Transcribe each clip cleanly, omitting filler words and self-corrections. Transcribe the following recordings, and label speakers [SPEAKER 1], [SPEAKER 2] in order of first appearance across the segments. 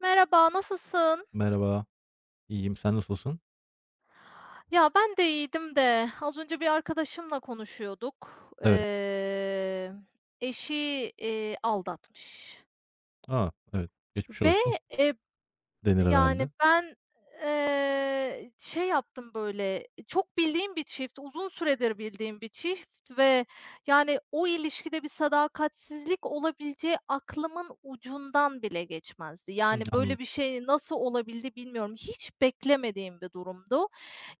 [SPEAKER 1] Merhaba, nasılsın?
[SPEAKER 2] Merhaba, iyiyim. Sen nasılsın?
[SPEAKER 1] Ya ben de iyiydim de az önce bir arkadaşımla konuşuyorduk.
[SPEAKER 2] Evet.
[SPEAKER 1] Eee, eşi, aldatmış
[SPEAKER 2] A! Evet. Geçmiş
[SPEAKER 1] ve,
[SPEAKER 2] olsun
[SPEAKER 1] eee,
[SPEAKER 2] denir
[SPEAKER 1] yani,
[SPEAKER 2] herhalde.
[SPEAKER 1] ben, şey yaptım, böyle, çok bildiğim bir çift, uzun süredir bildiğim bir çift ve, yani, o ilişkide bir sadakatsizlik olabileceği aklımın ucundan bile geçmezdi.
[SPEAKER 2] Hımm,
[SPEAKER 1] Yani,
[SPEAKER 2] anladım,
[SPEAKER 1] böyle bir şey nasıl olabildi bilmiyorum. Hiç beklemediğim bir durumdu.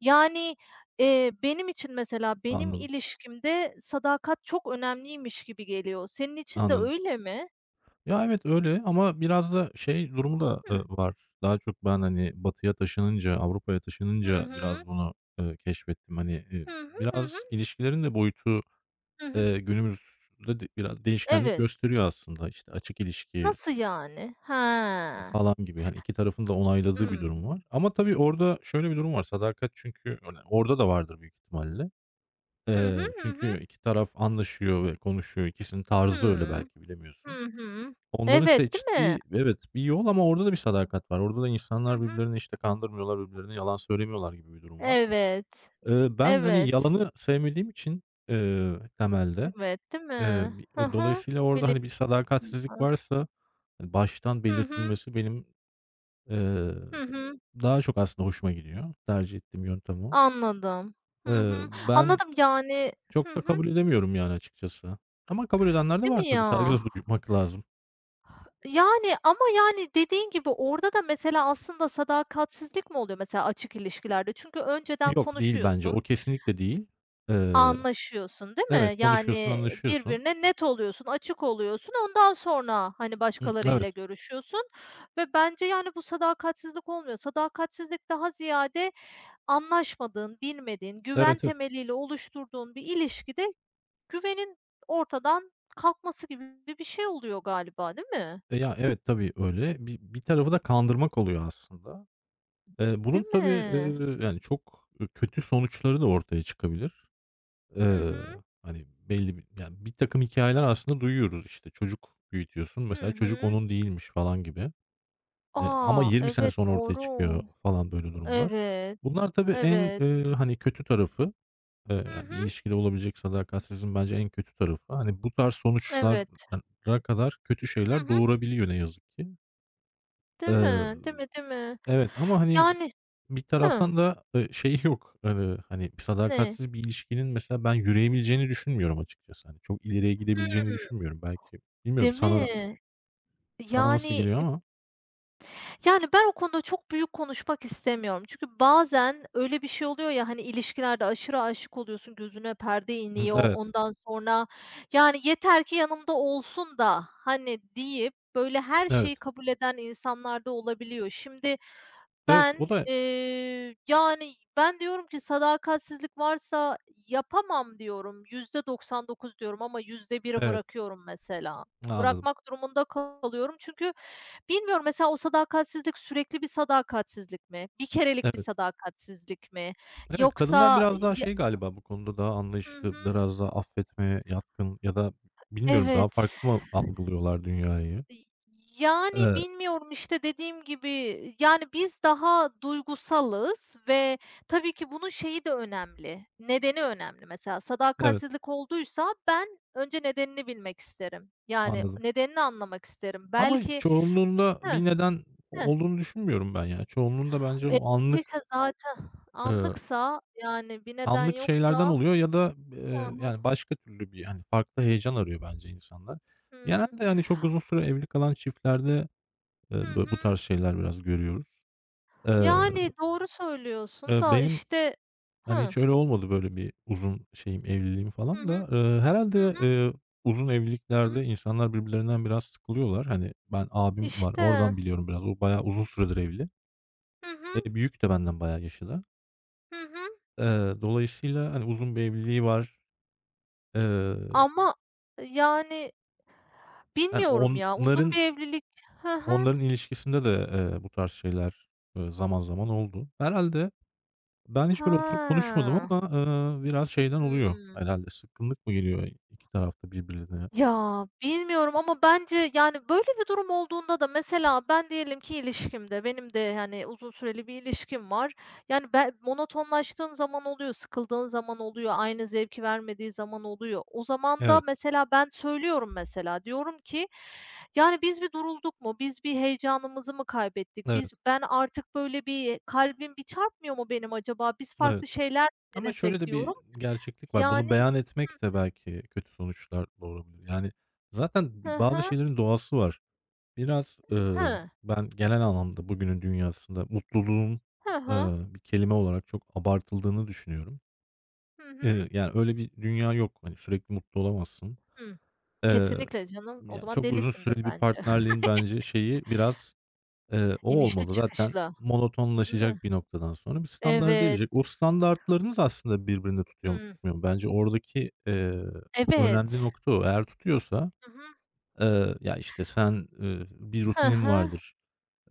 [SPEAKER 1] Yani, benim için mesela, benim
[SPEAKER 2] anladım,
[SPEAKER 1] ilişkimde sadakat çok önemliymiş gibi geliyor. Senin için de
[SPEAKER 2] anladım.
[SPEAKER 1] öyle mi?
[SPEAKER 2] Ya, evet, öyle ama biraz da şey durumu da,
[SPEAKER 1] Hıı.
[SPEAKER 2] var. Daha çok ben, hani, batıya taşınınca, Avrupa'ya
[SPEAKER 1] Hı
[SPEAKER 2] taşınınca biraz
[SPEAKER 1] hı.
[SPEAKER 2] bunu, keşfettim. Hani,
[SPEAKER 1] Hı hı, hı hı,
[SPEAKER 2] biraz ilişkilerin de boyutu,
[SPEAKER 1] hı hı.
[SPEAKER 2] günümüzde de biraz değişkenlik
[SPEAKER 1] Evet.
[SPEAKER 2] gösteriyor aslında. İşte, açık ilişki,
[SPEAKER 1] Nasıl yani? Ha.
[SPEAKER 2] falan gibi, hani, 2 tarafın da onayladığı bir
[SPEAKER 1] Hımm.
[SPEAKER 2] durum var. Ama tabii orada şöyle bir durum var, sadakat çünkü, hani, orada da vardır büyük ihtimalle.
[SPEAKER 1] Hı
[SPEAKER 2] Eee,
[SPEAKER 1] hı, hı hı.
[SPEAKER 2] çünkü 2 taraf anlaşıyor ve konuşuyor. İkisinin tarzı öyle
[SPEAKER 1] Hımm.
[SPEAKER 2] belki
[SPEAKER 1] Hı
[SPEAKER 2] bilemiyorsun.
[SPEAKER 1] hı.
[SPEAKER 2] Onların
[SPEAKER 1] Evet, değil mi?
[SPEAKER 2] seçtiği evet, bir yol ama orada da bir sadakat var. Orada da
[SPEAKER 1] Hı
[SPEAKER 2] insanlar
[SPEAKER 1] hı.
[SPEAKER 2] birbirlerini, işte, kandırmıyorlar, birbirlerine yalan söylemiyorlar gibi bir durum var.
[SPEAKER 1] Evet,
[SPEAKER 2] Ben, hani,
[SPEAKER 1] evet,
[SPEAKER 2] yalanı sevmediğim için, temelde,
[SPEAKER 1] evet, değil mi?
[SPEAKER 2] bi
[SPEAKER 1] Hı hı.
[SPEAKER 2] dolayısıyla orada, hani,
[SPEAKER 1] Biliyorum
[SPEAKER 2] bir sadakatsizlik
[SPEAKER 1] ben.
[SPEAKER 2] varsa, hani, baştan
[SPEAKER 1] Hı hı.
[SPEAKER 2] belirtilmesi benim, eee,
[SPEAKER 1] Hı hı.
[SPEAKER 2] daha çok aslında hoşuma gidiyor. Tercih ettiğim yöntem o.
[SPEAKER 1] Anladım. Hı hı.
[SPEAKER 2] Ben
[SPEAKER 1] Anladım, yani. Hı
[SPEAKER 2] Çok da kabul
[SPEAKER 1] hı.
[SPEAKER 2] edemiyorum yani açıkçası. Ama kabul edenler de
[SPEAKER 1] Değil
[SPEAKER 2] var
[SPEAKER 1] mi
[SPEAKER 2] tabii, saygı
[SPEAKER 1] ya?
[SPEAKER 2] da duymak lazım.
[SPEAKER 1] Yani ama, yani, dediğin gibi orada da mesela aslında sadakatsizlik mi oluyor mesela açık ilişkilerde? Çünkü önceden
[SPEAKER 2] Yok, değil bence,
[SPEAKER 1] konuşuyorsun.
[SPEAKER 2] o kesinlikle değil. Eee,
[SPEAKER 1] Anlaşıyorsun, değil mi?
[SPEAKER 2] evet, konuşuyorsun,
[SPEAKER 1] Yani
[SPEAKER 2] anlaşıyorsun.
[SPEAKER 1] birbirine net oluyorsun, açık oluyorsun. Ondan sonra, hani,
[SPEAKER 2] Hı, evet.
[SPEAKER 1] başkalarıyla görüşüyorsun ve bence, yani, bu sadakatsizlik olmuyor. Sadakatsizlik daha ziyade anlaşmadığın, bilmediğin, güven
[SPEAKER 2] Evet, evet.
[SPEAKER 1] temeliyle oluşturduğun bir ilişkide güvenin ortadan kalkması gibi bir şey oluyor galiba, değil mi?
[SPEAKER 2] E, ya, evet, tabii öyle. Bir tarafı da kandırmak oluyor aslında. Bunun
[SPEAKER 1] Değil
[SPEAKER 2] tabii,
[SPEAKER 1] mi?
[SPEAKER 2] yani çok, kötü sonuçları da ortaya çıkabilir.
[SPEAKER 1] Hı
[SPEAKER 2] Eee,
[SPEAKER 1] hı.
[SPEAKER 2] hani, belli bir yani bir takım hikayeler aslında duyuyoruz, işte, çocuk büyütüyorsun,
[SPEAKER 1] Hı
[SPEAKER 2] mesela çocuk
[SPEAKER 1] hı.
[SPEAKER 2] onun değilmiş falan gibi. Ama
[SPEAKER 1] Aa,
[SPEAKER 2] 20 sene
[SPEAKER 1] evet,
[SPEAKER 2] sonra ortaya
[SPEAKER 1] doğru.
[SPEAKER 2] çıkıyor falan böyle durumlar.
[SPEAKER 1] Evet,
[SPEAKER 2] Bunlar tabii en,
[SPEAKER 1] evet.
[SPEAKER 2] hani, kötü tarafı. Eee,
[SPEAKER 1] Hı
[SPEAKER 2] ya, bir
[SPEAKER 1] hı.
[SPEAKER 2] ilişkide olabilecek sadakatsizliğin bence en kötü tarafı. Hani, bu tarz
[SPEAKER 1] Evet.
[SPEAKER 2] sonuçlara kadar kötü
[SPEAKER 1] Hı
[SPEAKER 2] şeyler
[SPEAKER 1] hı.
[SPEAKER 2] doğurabiliyor ne yazık ki.
[SPEAKER 1] Değil
[SPEAKER 2] Eee,
[SPEAKER 1] mi? Değil mi, değil mi?
[SPEAKER 2] evet ama, hani,
[SPEAKER 1] Yani.
[SPEAKER 2] bir
[SPEAKER 1] Hıh,
[SPEAKER 2] taraftan da, şeyi yok, hani,
[SPEAKER 1] ne?
[SPEAKER 2] sadakatsiz bir ilişkinin mesela ben yürüyebileceğini düşünmüyorum açıkçası. Hani, çok ileriye
[SPEAKER 1] Hıı.
[SPEAKER 2] gidebileceğini düşünmüyorum. Belki bilmiyorum
[SPEAKER 1] Değil mi?
[SPEAKER 2] sana nasıl
[SPEAKER 1] Yani
[SPEAKER 2] geliyor ama
[SPEAKER 1] yani ben o konuda çok büyük konuşmak istemiyorum. Çünkü bazen öyle bir şey oluyor ya, hani, ilişkilerde aşırı aşık oluyorsun, gözüne perde
[SPEAKER 2] Hı,
[SPEAKER 1] iniyor.
[SPEAKER 2] evet,
[SPEAKER 1] Ondan sonra, yani, "Yeter ki yanımda olsun da." hani, deyip böyle her
[SPEAKER 2] evet.
[SPEAKER 1] şeyi kabul eden insanlar da olabiliyor. Şimdi
[SPEAKER 2] Evet, o
[SPEAKER 1] ben,
[SPEAKER 2] da
[SPEAKER 1] yani, ben diyorum ki sadakatsizlik varsa yapamam diyorum. %99 diyorum ama yüzde biri
[SPEAKER 2] Evet.
[SPEAKER 1] bırakıyorum mesela.
[SPEAKER 2] Anladım.
[SPEAKER 1] Bırakmak durumunda kalıyorum. Çünkü bilmiyorum mesela o sadakatsizlik sürekli bir sadakatsizlik mi? Bir kerelik bir
[SPEAKER 2] Evet.
[SPEAKER 1] sadakatsizlik mi?
[SPEAKER 2] Evet, kadınlar
[SPEAKER 1] Yoksa,
[SPEAKER 2] biraz daha
[SPEAKER 1] ya.
[SPEAKER 2] şey galiba bu konuda daha
[SPEAKER 1] Hı
[SPEAKER 2] anlayışlı,
[SPEAKER 1] hı.
[SPEAKER 2] biraz daha affetmeye yatkın ya da bilmiyorum daha
[SPEAKER 1] Evet.
[SPEAKER 2] farklı mı algılıyorlar dünyayı?
[SPEAKER 1] İii, yani,
[SPEAKER 2] Eee,
[SPEAKER 1] bilmiyorum, işte, dediğim gibi, yani, biz daha duygusalız ve tabii ki bunun şeyi de önemli, nedeni önemli. Mesela
[SPEAKER 2] evet,
[SPEAKER 1] sadakatsizlik olduysa ben önce nedenini bilmek isterim. Yani,
[SPEAKER 2] anladım.
[SPEAKER 1] nedenini anlamak isterim.
[SPEAKER 2] Ama
[SPEAKER 1] Belki.
[SPEAKER 2] çoğunluğunda
[SPEAKER 1] Hıh,
[SPEAKER 2] bir neden
[SPEAKER 1] hıh.
[SPEAKER 2] olduğunu düşünmüyorum ben ya. Çoğunluğunda bence o
[SPEAKER 1] Eee,
[SPEAKER 2] anlık,
[SPEAKER 1] zaten
[SPEAKER 2] eee,
[SPEAKER 1] anlıksa, yani, bir neden
[SPEAKER 2] anlık şeylerden
[SPEAKER 1] yoksa.
[SPEAKER 2] oluyor ya da,
[SPEAKER 1] Hı hı,
[SPEAKER 2] yani başka türlü bir, hani, farklı heyecan arıyor bence insanlar.
[SPEAKER 1] hı hı.
[SPEAKER 2] Genelde, yani çok uzun süre evli kalan çiftlerde,
[SPEAKER 1] Hı
[SPEAKER 2] bö bu
[SPEAKER 1] hı.
[SPEAKER 2] tarz şeyler biraz görüyoruz. Eee,
[SPEAKER 1] Yani, doğru söylüyorsun da,
[SPEAKER 2] benim
[SPEAKER 1] işte.
[SPEAKER 2] Hani,
[SPEAKER 1] Hı.
[SPEAKER 2] hiç öyle olmadı böyle bir uzun şeyim, evliliğim
[SPEAKER 1] Hı
[SPEAKER 2] falan
[SPEAKER 1] hı.
[SPEAKER 2] da. Eee,
[SPEAKER 1] Hı
[SPEAKER 2] herhâlde,
[SPEAKER 1] hı.
[SPEAKER 2] uzun
[SPEAKER 1] Hı hı.
[SPEAKER 2] evliliklerde insanlar birbirlerinden biraz sıkılıyorlar. Hani, ben abim var,
[SPEAKER 1] İşte.
[SPEAKER 2] oradan biliyorum biraz. O bayağı uzun süredir evli.
[SPEAKER 1] Hı hı.
[SPEAKER 2] Büyük de benden bayağı yaşı da.
[SPEAKER 1] Hı hı.
[SPEAKER 2] Dolayısıyla, hani, uzun bir evliliği var. Eee,
[SPEAKER 1] Ama, e, yani,
[SPEAKER 2] yani,
[SPEAKER 1] bilmiyorum ya, uzun
[SPEAKER 2] onların
[SPEAKER 1] bir evlilik. Hı hı.
[SPEAKER 2] onların ilişkisinde de, bu tarz şeyler, zaman zaman oldu. Herhalde ben hiç böyle oturup konuşmadım
[SPEAKER 1] Ha.
[SPEAKER 2] ama, biraz şeyden oluyor
[SPEAKER 1] Hıı.
[SPEAKER 2] herhalde. Sıkkınlık mı geliyor iki tarafta birbirine?
[SPEAKER 1] Ya, bilmiyorum ama bence, yani, böyle bir durum olduğunda da mesela ben diyelim ki ilişkimde, benim de, hani, uzun süreli bir ilişkim var. Yani, ben monotonlaştığım zaman oluyor, sıkıldığın zaman oluyor, aynı zevki vermediği zaman oluyor. O zaman da
[SPEAKER 2] Evet,
[SPEAKER 1] mesela ben söylüyorum mesela, diyorum ki, "Yani, biz bir durulduk mu? Biz bir heyecanımızı mı kaybettik?
[SPEAKER 2] evet.
[SPEAKER 1] Biz ben artık böyle bir kalbim bir çarpmıyor mu benim acaba? Biz
[SPEAKER 2] Evet.
[SPEAKER 1] farklı şeyler mi
[SPEAKER 2] Ama şöyle
[SPEAKER 1] denesek?"
[SPEAKER 2] de bir
[SPEAKER 1] diyorum.
[SPEAKER 2] gerçeklik var. Bunu
[SPEAKER 1] Yani.
[SPEAKER 2] beyan etmek de belki kötü sonuçlar doğurabilir. Yani, zaten
[SPEAKER 1] Hı
[SPEAKER 2] bazı
[SPEAKER 1] hı.
[SPEAKER 2] şeylerin doğası var. Biraz,
[SPEAKER 1] Hı.
[SPEAKER 2] ben genel anlamda bugünün dünyasında mutluluğun,
[SPEAKER 1] Hı hı.
[SPEAKER 2] bir kelime olarak çok abartıldığını düşünüyorum.
[SPEAKER 1] Hı hı.
[SPEAKER 2] Yani, öyle bir dünya yok. Hani, sürekli mutlu olamazsın.
[SPEAKER 1] Hımm.
[SPEAKER 2] Eee,
[SPEAKER 1] Kesinlikle canım. O
[SPEAKER 2] yani,
[SPEAKER 1] zaman
[SPEAKER 2] çok uzun
[SPEAKER 1] delisindir
[SPEAKER 2] süreli bir
[SPEAKER 1] bence.
[SPEAKER 2] partnerliğin bence şeyi biraz O
[SPEAKER 1] İnişli
[SPEAKER 2] olmalı. Zaten
[SPEAKER 1] çıkışlı, değil mi?
[SPEAKER 2] monotonlaşacak bir noktadan sonra bir standarda
[SPEAKER 1] Evet.
[SPEAKER 2] erecek. O standartlarınız aslında birbirini tutuyor mu,
[SPEAKER 1] Hımm.
[SPEAKER 2] tutmuyor mu? Bence oradaki, önemli
[SPEAKER 1] Evet.
[SPEAKER 2] nokta o. Eğer tutuyorsa,
[SPEAKER 1] Hı hı.
[SPEAKER 2] ya, işte, sen, bir
[SPEAKER 1] Hı
[SPEAKER 2] rutinin
[SPEAKER 1] hı.
[SPEAKER 2] vardır.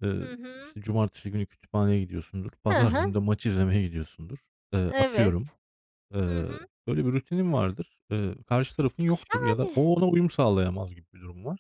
[SPEAKER 2] Eee,
[SPEAKER 1] Hı hı.
[SPEAKER 2] işte, cumartesi günü kütüphaneye gidiyorsundur.
[SPEAKER 1] Hı
[SPEAKER 2] Pazar günü
[SPEAKER 1] hı.
[SPEAKER 2] de maç izlemeye gidiyorsundur. Atıyorum.
[SPEAKER 1] Evet.
[SPEAKER 2] Eee,
[SPEAKER 1] Hı hı.
[SPEAKER 2] böyle bir rutinin vardır. Karşı tarafın yoktur ya da
[SPEAKER 1] Yani,
[SPEAKER 2] o ona uyum sağlayamaz gibi bir durum var.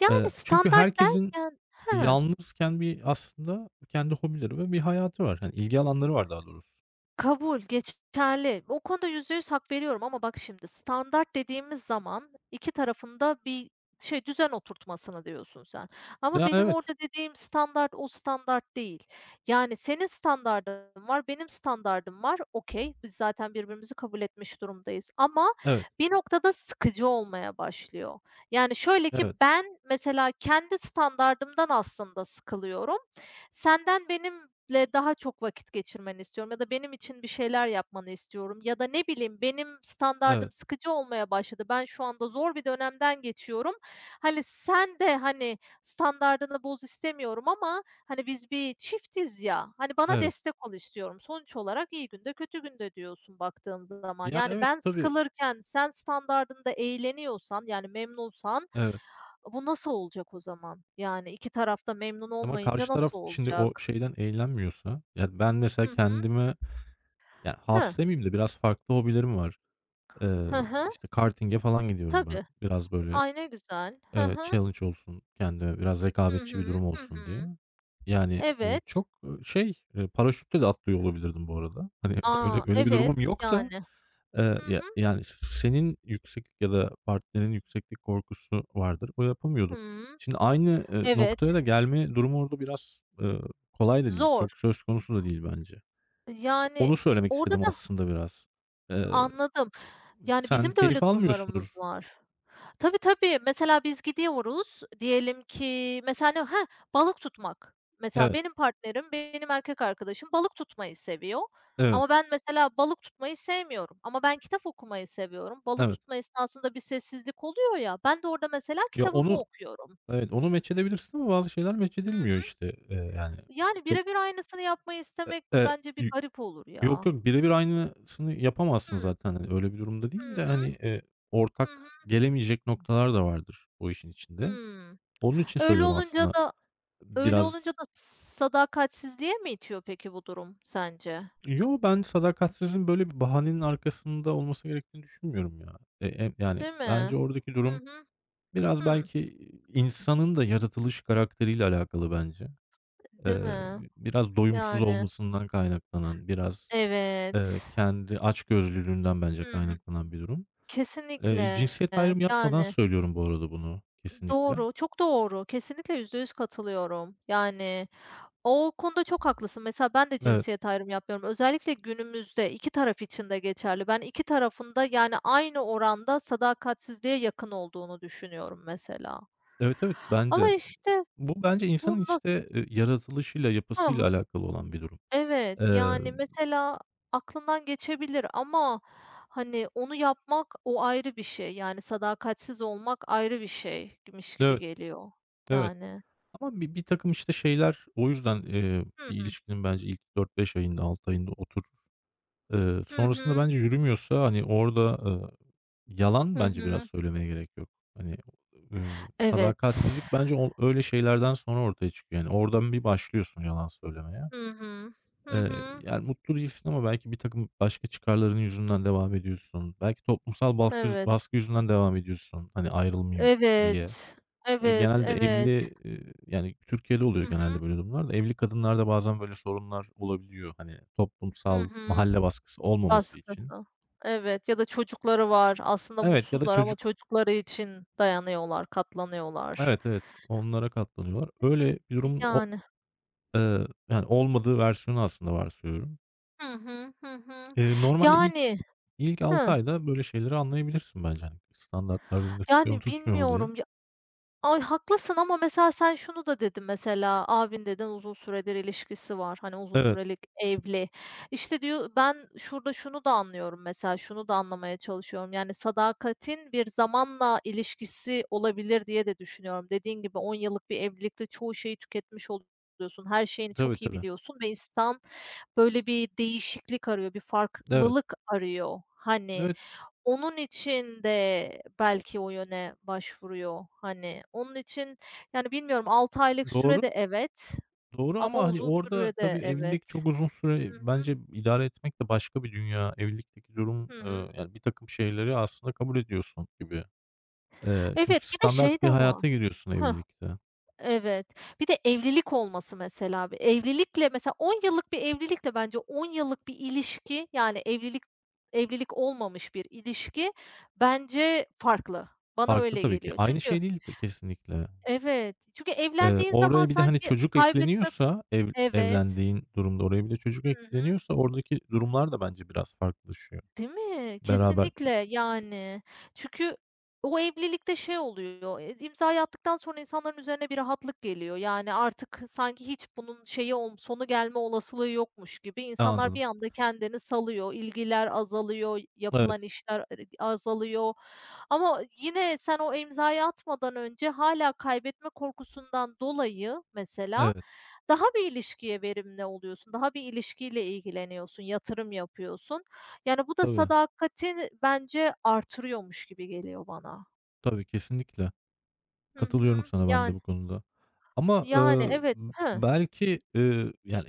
[SPEAKER 1] yani
[SPEAKER 2] Çünkü
[SPEAKER 1] standart
[SPEAKER 2] herkesin
[SPEAKER 1] derken. Hı.
[SPEAKER 2] Yalnızken bir aslında kendi hobileri ve bir hayatı var. Hani ilgi alanları var daha doğrusu.
[SPEAKER 1] Kabul, geçerli. O konuda %100 hak veriyorum ama bak şimdi standart dediğimiz zaman 2 tarafında bir şey, düzen oturtmasını diyorsun sen. Ama
[SPEAKER 2] Ya,
[SPEAKER 1] benim
[SPEAKER 2] evet,
[SPEAKER 1] orada dediğim standart o standart değil. Yani senin standardın var, benim standardım var. Okay, biz zaten birbirimizi kabul etmiş durumdayız ama
[SPEAKER 2] evet,
[SPEAKER 1] bir noktada sıkıcı olmaya başlıyor. Yani şöyle ki
[SPEAKER 2] evet,
[SPEAKER 1] ben mesela kendi standardımdan aslında sıkılıyorum. Senden benimle daha çok vakit geçirmeni istiyorum ya da benim için bir şeyler yapmanı istiyorum ya da ne bileyim, benim
[SPEAKER 2] evet,
[SPEAKER 1] standardım sıkıcı olmaya başladı. Ben şu anda zor bir dönemden geçiyorum. Hani sen de, hani, standardını boz istemiyorum ama, hani, biz bir çiftiz ya, hani, bana
[SPEAKER 2] evet.
[SPEAKER 1] destek ol istiyorum. Sonuç olarak iyi günde kötü günde diyorsun baktığın zaman.
[SPEAKER 2] Yani,
[SPEAKER 1] Yani
[SPEAKER 2] evet,
[SPEAKER 1] ben
[SPEAKER 2] tabii,
[SPEAKER 1] sıkılırken sen standardında eğleniyorsan, yani memnunsan
[SPEAKER 2] evet
[SPEAKER 1] bu nasıl olacak o zaman? Yani 2 taraf da memnun
[SPEAKER 2] ama
[SPEAKER 1] olmayınca
[SPEAKER 2] karşı taraf
[SPEAKER 1] nasıl
[SPEAKER 2] şimdi o
[SPEAKER 1] olacak?
[SPEAKER 2] şeyden eğlenmiyorsa, yani ben mesela
[SPEAKER 1] Hı hı.
[SPEAKER 2] kendime, yani
[SPEAKER 1] Hıh.
[SPEAKER 2] has demeyeyim de biraz farklı hobilerim var. Eee,
[SPEAKER 1] Hı hı.
[SPEAKER 2] işte, karting'e falan gidiyorum ben.
[SPEAKER 1] Tabii.
[SPEAKER 2] Biraz böyle,
[SPEAKER 1] Ay, ne güzel. Hı hı.
[SPEAKER 2] challenge olsun, kendime biraz
[SPEAKER 1] Hı
[SPEAKER 2] rekabetçi bir
[SPEAKER 1] hı.
[SPEAKER 2] durum
[SPEAKER 1] Hı
[SPEAKER 2] olsun diye.
[SPEAKER 1] hı.
[SPEAKER 2] Yani,
[SPEAKER 1] Evet.
[SPEAKER 2] çok, şey, paraşütle de atlıyor olabilirdim bu arada. Hani öyle
[SPEAKER 1] A,
[SPEAKER 2] öyle bir
[SPEAKER 1] evet,
[SPEAKER 2] durumum yok da
[SPEAKER 1] yani.
[SPEAKER 2] Eee,
[SPEAKER 1] Hı
[SPEAKER 2] ya,
[SPEAKER 1] hı.
[SPEAKER 2] yani, senin yükseklik ya da partnerinin yükseklik korkusu vardır. O yapamıyordur.
[SPEAKER 1] Hımm.
[SPEAKER 2] Şimdi aynı, noktaya
[SPEAKER 1] Evet.
[SPEAKER 2] da gelme durumu orada biraz, kolay da değil.
[SPEAKER 1] Zor.
[SPEAKER 2] Çok söz konusu da değil bence.
[SPEAKER 1] Yani,
[SPEAKER 2] Onu söylemek
[SPEAKER 1] orada
[SPEAKER 2] istedim
[SPEAKER 1] da.
[SPEAKER 2] aslında biraz. Eee,
[SPEAKER 1] Anladım. Yani,
[SPEAKER 2] sen
[SPEAKER 1] bizim de
[SPEAKER 2] keyif
[SPEAKER 1] öyle durumlarımız
[SPEAKER 2] almıyorsundur.
[SPEAKER 1] var. Tabii, tabii. Mesela biz gidiyoruz, diyelim ki mesela ne heh, balık tutmak. Mesela
[SPEAKER 2] Evet,
[SPEAKER 1] benim partnerim, benim erkek arkadaşım balık tutmayı seviyor
[SPEAKER 2] evet,
[SPEAKER 1] ama ben mesela balık tutmayı sevmiyorum ama ben kitap okumayı seviyorum. Balık
[SPEAKER 2] evet.
[SPEAKER 1] tutma esnasında bir sessizlik oluyor ya, ben de orada mesela
[SPEAKER 2] Ya,
[SPEAKER 1] kitabımı
[SPEAKER 2] onu
[SPEAKER 1] okuyorum.
[SPEAKER 2] evet, onu match edebilirsin ama bazı şeyler match
[SPEAKER 1] Hı
[SPEAKER 2] edilmiyor
[SPEAKER 1] hı.
[SPEAKER 2] işte. Yani
[SPEAKER 1] Yani
[SPEAKER 2] çok,
[SPEAKER 1] birebir bir aynısını yapmayı istemek
[SPEAKER 2] eee,
[SPEAKER 1] bence bir garip olur
[SPEAKER 2] Yok,
[SPEAKER 1] ya.
[SPEAKER 2] yok, birebir aynısını yapamazsın
[SPEAKER 1] Hıı.
[SPEAKER 2] zaten, hani, öyle bir durumda değil
[SPEAKER 1] Hı
[SPEAKER 2] de, hani,
[SPEAKER 1] hı. Hı hı.
[SPEAKER 2] ortak gelemeyecek noktalar da vardır o işin içinde.
[SPEAKER 1] Hımm.
[SPEAKER 2] Onun için
[SPEAKER 1] Öyle
[SPEAKER 2] söyledim
[SPEAKER 1] olunca
[SPEAKER 2] aslında
[SPEAKER 1] da öyle
[SPEAKER 2] biraz.
[SPEAKER 1] olunca da sadakatsizliğe mi itiyor peki bu durum sence?
[SPEAKER 2] Yo, ben sadakatsizin böyle bir bahanenin arkasında olması gerektiğini düşünmüyorum ya. Yani,
[SPEAKER 1] Değil
[SPEAKER 2] bence
[SPEAKER 1] mi?
[SPEAKER 2] oradaki
[SPEAKER 1] Hı
[SPEAKER 2] durum
[SPEAKER 1] hı.
[SPEAKER 2] biraz
[SPEAKER 1] Hı,
[SPEAKER 2] belki insanın da yaratılış karakteriyle alakalı bence.
[SPEAKER 1] değil
[SPEAKER 2] Eee,
[SPEAKER 1] mi?
[SPEAKER 2] biraz doyumsuz
[SPEAKER 1] Yani,
[SPEAKER 2] olmasından kaynaklanan, biraz,
[SPEAKER 1] evet.
[SPEAKER 2] kendi açgözlülüğünden bence
[SPEAKER 1] Hı hı.
[SPEAKER 2] kaynaklanan bir durum. Eee,
[SPEAKER 1] Kesinlikle,
[SPEAKER 2] cinsiyet ayrımı yapmadan
[SPEAKER 1] yani,
[SPEAKER 2] söylüyorum bu arada bunu kesinlikle.
[SPEAKER 1] doğru, çok doğru. Kesinlikle %100 katılıyorum. Yani, o konuda çok haklısın. Mesela ben de
[SPEAKER 2] Evet.
[SPEAKER 1] cinsiyet ayrımı yapmıyorum. Özellikle günümüzde 2 taraf için de geçerli. Ben 2 tarafın da, yani, aynı oranda sadakatsizliğe yakın olduğunu düşünüyorum mesela.
[SPEAKER 2] Evet, evet, ben
[SPEAKER 1] Ama,
[SPEAKER 2] de.
[SPEAKER 1] işte,
[SPEAKER 2] Bu bence
[SPEAKER 1] bu
[SPEAKER 2] insanın,
[SPEAKER 1] nasıl.
[SPEAKER 2] işte, yaratılışıyla, yapısıyla
[SPEAKER 1] Hı.
[SPEAKER 2] alakalı olan bir durum.
[SPEAKER 1] Evet, yani,
[SPEAKER 2] Emm,
[SPEAKER 1] mesela aklından geçebilir ama, hani, onu yapmak o ayrı bir şey. Yani, sadakatsiz olmak ayrı bir şeymiş gibi
[SPEAKER 2] evet,
[SPEAKER 1] geliyor,
[SPEAKER 2] evet
[SPEAKER 1] yani.
[SPEAKER 2] ama birtakım, işte, şeyler o yüzden,
[SPEAKER 1] Hı
[SPEAKER 2] bir
[SPEAKER 1] hı.
[SPEAKER 2] ilişkinin bence ilk 4-5 ayında, 6 ayında oturur. Eee,
[SPEAKER 1] Hı
[SPEAKER 2] sonrasında
[SPEAKER 1] hı.
[SPEAKER 2] bence yürümüyorsa, hani, orada,
[SPEAKER 1] Hı
[SPEAKER 2] yalan bence biraz
[SPEAKER 1] hı.
[SPEAKER 2] söylemeye gerek yok. Hani,
[SPEAKER 1] Evet.
[SPEAKER 2] sadakatsizlik bence o öyle şeylerden sonra ortaya çıkıyor. Yani, oradan bir başlıyorsun yalan söylemeye.
[SPEAKER 1] Hı hı. Hı
[SPEAKER 2] Eee,
[SPEAKER 1] hı.
[SPEAKER 2] yani mutlu değilsin ama belki bir takım başka çıkarların yüzünden devam ediyorsun. Belki toplumsal baskı
[SPEAKER 1] Evet.
[SPEAKER 2] baskı yüzünden devam ediyorsun, hani, ayrılmayayım diye.
[SPEAKER 1] Evet.
[SPEAKER 2] Eee,
[SPEAKER 1] Evet,
[SPEAKER 2] genelde evli,
[SPEAKER 1] evet.
[SPEAKER 2] yani Türkiye'de oluyor
[SPEAKER 1] Hı
[SPEAKER 2] genelde
[SPEAKER 1] hı.
[SPEAKER 2] böyle durumlar da evli kadınlarda bazen böyle sorunlar olabiliyor, hani,
[SPEAKER 1] Hı
[SPEAKER 2] toplumsal
[SPEAKER 1] hı.
[SPEAKER 2] mahalle baskısı olmaması için.
[SPEAKER 1] Baskısı. Evet ya da çocukları var. Aslında
[SPEAKER 2] Evet ya da
[SPEAKER 1] mutsuzlar ama
[SPEAKER 2] çocuk.
[SPEAKER 1] çocukları için dayanıyorlar, katlanıyorlar.
[SPEAKER 2] Evet, evet, onlara katlanıyorlar. Öyle bir durumun o
[SPEAKER 1] Yani.
[SPEAKER 2] yani olmadığı versiyonu aslında varsayıyorum.
[SPEAKER 1] Hı hı. Hı hı.
[SPEAKER 2] Normalde ilk
[SPEAKER 1] Yani.
[SPEAKER 2] İlk 6
[SPEAKER 1] Hıı.
[SPEAKER 2] ayda böyle şeyleri anlayabilirsin bence, hani, standartlar birbirini tutuyor mu,
[SPEAKER 1] Yani
[SPEAKER 2] tutmuyor mu diye.
[SPEAKER 1] bilmiyorum ya. Ay, haklısın ama mesela sen şunu da dedin mesela, abin dedin uzun süredir ilişkisi var. Hani, uzun
[SPEAKER 2] Evet.
[SPEAKER 1] sürelik evli. İşte, diyor ben şurada şunu da anlıyorum mesela, şunu da anlamaya çalışıyorum. Yani sadakatin bir zamanla ilişkisi olabilir diye de düşünüyorum. Dediğin gibi 10 yıllık bir evlilikte çoğu şeyi tüketmiş oluyorsun. Her şeyini
[SPEAKER 2] Tabii,
[SPEAKER 1] çok iyi
[SPEAKER 2] tabii.
[SPEAKER 1] biliyorsun ve insan böyle bir değişiklik arıyor, bir
[SPEAKER 2] Evet.
[SPEAKER 1] farklılık arıyor. Hani.
[SPEAKER 2] Evet,
[SPEAKER 1] Onun için de belki o yöne başvuruyor, hani. Onun için, yani, bilmiyorum 6 aylık süre
[SPEAKER 2] doğru.
[SPEAKER 1] de evet
[SPEAKER 2] Doğru
[SPEAKER 1] ama
[SPEAKER 2] ama, hani,
[SPEAKER 1] uzun
[SPEAKER 2] orada
[SPEAKER 1] süre
[SPEAKER 2] tabii
[SPEAKER 1] de
[SPEAKER 2] evlilik
[SPEAKER 1] evet.
[SPEAKER 2] çok uzun süre
[SPEAKER 1] Hı hı.
[SPEAKER 2] bence idare etmek de başka bir dünya. Evlilikteki durum,
[SPEAKER 1] Hı hı.
[SPEAKER 2] yani, bir takım şeyleri aslında kabul ediyorsun gibi. Eee,
[SPEAKER 1] Evet,
[SPEAKER 2] çünkü
[SPEAKER 1] bir de
[SPEAKER 2] standart
[SPEAKER 1] şey
[SPEAKER 2] bir
[SPEAKER 1] de var.
[SPEAKER 2] hayata giriyorsun
[SPEAKER 1] Hah,
[SPEAKER 2] evlilikte.
[SPEAKER 1] evet. Bir de evlilik olması mesela. Bir evlilikle mesela 10 yıllık bir evlilikle bence 10 yıllık bir ilişki, yani, evlilik evlilik olmamış bir ilişki bence farklı. Bana
[SPEAKER 2] Farklı
[SPEAKER 1] öyle
[SPEAKER 2] tabii ki.
[SPEAKER 1] geliyor.
[SPEAKER 2] Aynı
[SPEAKER 1] Çünkü.
[SPEAKER 2] şey değil kesinlikle.
[SPEAKER 1] Evet. Çünkü
[SPEAKER 2] Eee,
[SPEAKER 1] evlendiğin zaman
[SPEAKER 2] oraya bir de, hani,
[SPEAKER 1] sanki
[SPEAKER 2] çocuk
[SPEAKER 1] kaybetme.
[SPEAKER 2] ekleniyorsa
[SPEAKER 1] Evet.
[SPEAKER 2] evlendiğin durumda oraya bir de çocuk
[SPEAKER 1] Hı hı.
[SPEAKER 2] ekleniyorsa oradaki durumlar da bence biraz farklılaşıyor.
[SPEAKER 1] Değil mi?
[SPEAKER 2] Beraber ço
[SPEAKER 1] Kesinlikle,
[SPEAKER 2] ço
[SPEAKER 1] yani. Çünkü o evlilikte şey oluyor, imzayı attıktan sonra insanların üzerine bir rahatlık geliyor. Yani artık sanki hiç bunun şeyi olm sonu gelme olasılığı yokmuş gibi insanlar bir
[SPEAKER 2] Anladım.
[SPEAKER 1] anda kendini salıyor. İlgiler azalıyor,
[SPEAKER 2] Evet,
[SPEAKER 1] yapılan işler ere azalıyor ama yine sen o imzayı atmadan önce hala kaybetme korkusundan dolayı mesela
[SPEAKER 2] evet.
[SPEAKER 1] daha bir ilişkiye verimli oluyorsun, daha bir ilişkiyle ilgileniyorsun, yatırım yapıyorsun. Yani, bu da
[SPEAKER 2] Tabii,
[SPEAKER 1] sadakati bence artırıyormuş gibi geliyor bana.
[SPEAKER 2] tabii, kesinlikle.
[SPEAKER 1] Hı
[SPEAKER 2] Katılıyorum
[SPEAKER 1] hı.
[SPEAKER 2] sana ben de
[SPEAKER 1] Yani.
[SPEAKER 2] bu konuda. Ama,
[SPEAKER 1] Yani, evet.
[SPEAKER 2] b
[SPEAKER 1] Hıh.
[SPEAKER 2] belki, yani,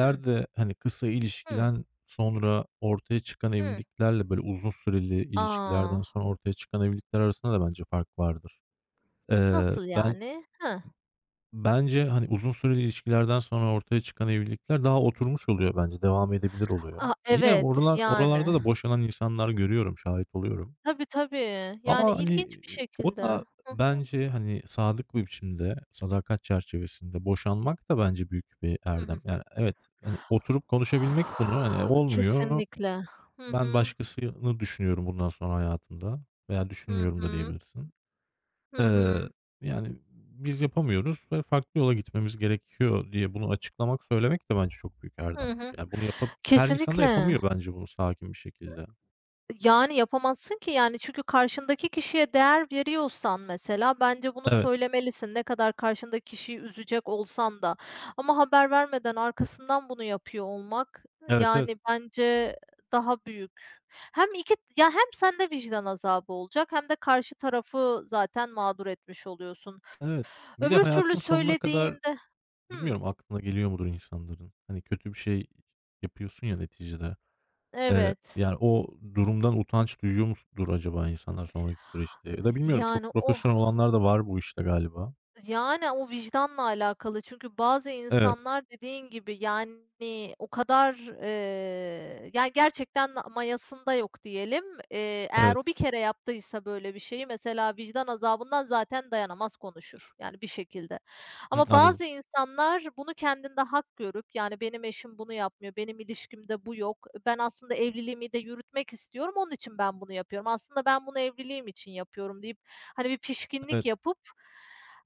[SPEAKER 1] Hı,
[SPEAKER 2] hani, kısa
[SPEAKER 1] hı,
[SPEAKER 2] ilişkiden sonra ortaya çıkan
[SPEAKER 1] hı.
[SPEAKER 2] evliliklerle, böyle, uzun süreli ilişkilerden
[SPEAKER 1] A!
[SPEAKER 2] sonra ortaya çıkan evlilikler arasında da bence fark vardır. Eee,
[SPEAKER 1] Nasıl
[SPEAKER 2] ben
[SPEAKER 1] yani? Hıh.
[SPEAKER 2] Bence, hani, uzun süreli ilişkilerden sonra ortaya çıkan evlilikler daha oturmuş oluyor bence, devam edebilir oluyor.
[SPEAKER 1] A,
[SPEAKER 2] Yine
[SPEAKER 1] evet,
[SPEAKER 2] oralarda
[SPEAKER 1] yani.
[SPEAKER 2] da boşanan insanlar görüyorum, şahit oluyorum.
[SPEAKER 1] Tabii, tabii. Yani,
[SPEAKER 2] Ama, hani,
[SPEAKER 1] ilginç bir
[SPEAKER 2] o
[SPEAKER 1] şekilde.
[SPEAKER 2] da
[SPEAKER 1] Hı
[SPEAKER 2] bence, hani, sadık bir biçimde, sadakat çerçevesinde boşanmak da bence büyük bir
[SPEAKER 1] hı.
[SPEAKER 2] erdem.
[SPEAKER 1] Hı.
[SPEAKER 2] Yani, evet, hani, oturup konuşabilmek bunu, hani, olmuyor,
[SPEAKER 1] Kesinlikle. Hı
[SPEAKER 2] ben
[SPEAKER 1] hı.
[SPEAKER 2] başkasını düşünüyorum bundan sonra hayatımda veya
[SPEAKER 1] Hı
[SPEAKER 2] düşünmüyorum da
[SPEAKER 1] hı.
[SPEAKER 2] diyebilirsin.
[SPEAKER 1] Hı
[SPEAKER 2] Eee,
[SPEAKER 1] hı.
[SPEAKER 2] yani, biz yapamıyoruz ve farklı yola gitmemiz gerekiyor diye bunu açıklamak, söylemek de bence çok büyük erdem.
[SPEAKER 1] Hı hı.
[SPEAKER 2] Yani, bunu her insan da
[SPEAKER 1] Kesinlikle.
[SPEAKER 2] yapamıyor bence bunu sakin bir şekilde.
[SPEAKER 1] Yani, yapamazsın ki, yani, çünkü karşındaki kişiye değer veriyorsan mesela bence bunu
[SPEAKER 2] Evet,
[SPEAKER 1] söylemelisin. Ne kadar karşındaki kişiyi üzecek olsan da ama haber vermeden arkasından bunu yapıyor olmak,
[SPEAKER 2] evet, evet,
[SPEAKER 1] yani, bence daha büyük. Hem iki ya, hem sende vicdan azabı olacak hem de karşı tarafı zaten mağdur etmiş oluyorsun.
[SPEAKER 2] evet. Bir de
[SPEAKER 1] Öbür türlü
[SPEAKER 2] hayatının sonuna kadar
[SPEAKER 1] söylediğinde. Hımm,
[SPEAKER 2] bilmiyorum aklına geliyor mudur insanların? Hani, kötü bir şey yapıyorsun ya neticede. Eee,
[SPEAKER 1] evet.
[SPEAKER 2] yani, o durumdan utanç duyuyor mudur acaba insanlar sonraki süreçte ya da bilmiyorum çok
[SPEAKER 1] Yani, o.
[SPEAKER 2] profesyonel olanlar da var bu işte galiba.
[SPEAKER 1] Yani, o vicdanla alakalı çünkü bazı
[SPEAKER 2] Evet,
[SPEAKER 1] insanlar dediğin gibi, yani, o kadar, yani, gerçekten mayasında yok diyelim. Eğer
[SPEAKER 2] evet.
[SPEAKER 1] o bir kere yaptıysa böyle bir şeyi mesela vicdan azabından zaten dayanamaz, konuşur, yani, bir şekilde.
[SPEAKER 2] Hıı,
[SPEAKER 1] Ama
[SPEAKER 2] anladım.
[SPEAKER 1] bazı insanlar bunu kendinde hak görüp, yani, benim eşim bunu yapmıyor, benim ilişkimde bu yok, ben aslında evliliğimi de yürütmek istiyorum, onun için ben bunu yapıyorum, aslında ben bunu evliliğim için yapıyorum deyip, hani, bir pişkinlik
[SPEAKER 2] Evet.
[SPEAKER 1] yapıp.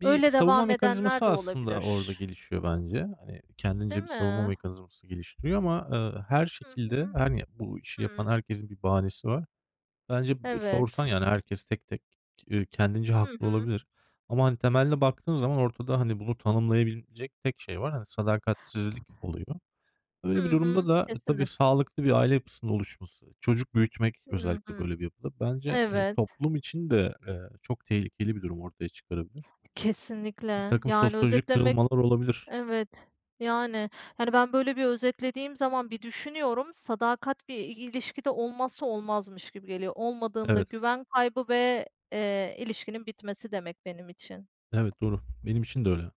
[SPEAKER 2] Bir
[SPEAKER 1] Öyle
[SPEAKER 2] savunma
[SPEAKER 1] devam
[SPEAKER 2] mekanizması
[SPEAKER 1] edenler de
[SPEAKER 2] aslında orada
[SPEAKER 1] olabilir,
[SPEAKER 2] gelişiyor bence. Hani, kendince
[SPEAKER 1] değil
[SPEAKER 2] bir savunma
[SPEAKER 1] mi?
[SPEAKER 2] mekanizması geliştiriyor ama, her
[SPEAKER 1] Hı
[SPEAKER 2] şekilde,
[SPEAKER 1] hı.
[SPEAKER 2] hani, bu işi yapan
[SPEAKER 1] Hıı.
[SPEAKER 2] herkesin bir bahanesi var. Bence sorsan,
[SPEAKER 1] Evet.
[SPEAKER 2] yani, herkes tek tek, kendince
[SPEAKER 1] Hı
[SPEAKER 2] haklı
[SPEAKER 1] hı.
[SPEAKER 2] olabilir ama, hani, temelde baktığın zaman ortada, hani, bunu tanımlayabilecek tek şey var. Hani, sadakatsizlik oluyor.
[SPEAKER 1] Hı
[SPEAKER 2] Öyle bir durumda
[SPEAKER 1] hı.
[SPEAKER 2] da, tabii,
[SPEAKER 1] Kesinlik.
[SPEAKER 2] sağlıklı bir aile yapısının oluşması, çocuk büyütmek
[SPEAKER 1] Hı
[SPEAKER 2] özellikle
[SPEAKER 1] hı.
[SPEAKER 2] böyle bir yapıda bence,
[SPEAKER 1] Evet,
[SPEAKER 2] toplum için de, çok tehlikeli bir durum ortaya çıkarabilir.
[SPEAKER 1] kesinlikle.
[SPEAKER 2] Birtakım
[SPEAKER 1] Yani
[SPEAKER 2] sosyolojik
[SPEAKER 1] özetlemek.
[SPEAKER 2] kırılmalar olabilir.
[SPEAKER 1] Evet. Yani, yani, ben böyle bir özetlediğim zaman bir düşünüyorum, sadakat bir ilişkide olmazsa olmazmış gibi geliyor. Olmadığında
[SPEAKER 2] Evet,
[SPEAKER 1] güven kaybı ve, ilişkinin bitmesi demek benim için.
[SPEAKER 2] evet doğru. Benim için de öyle.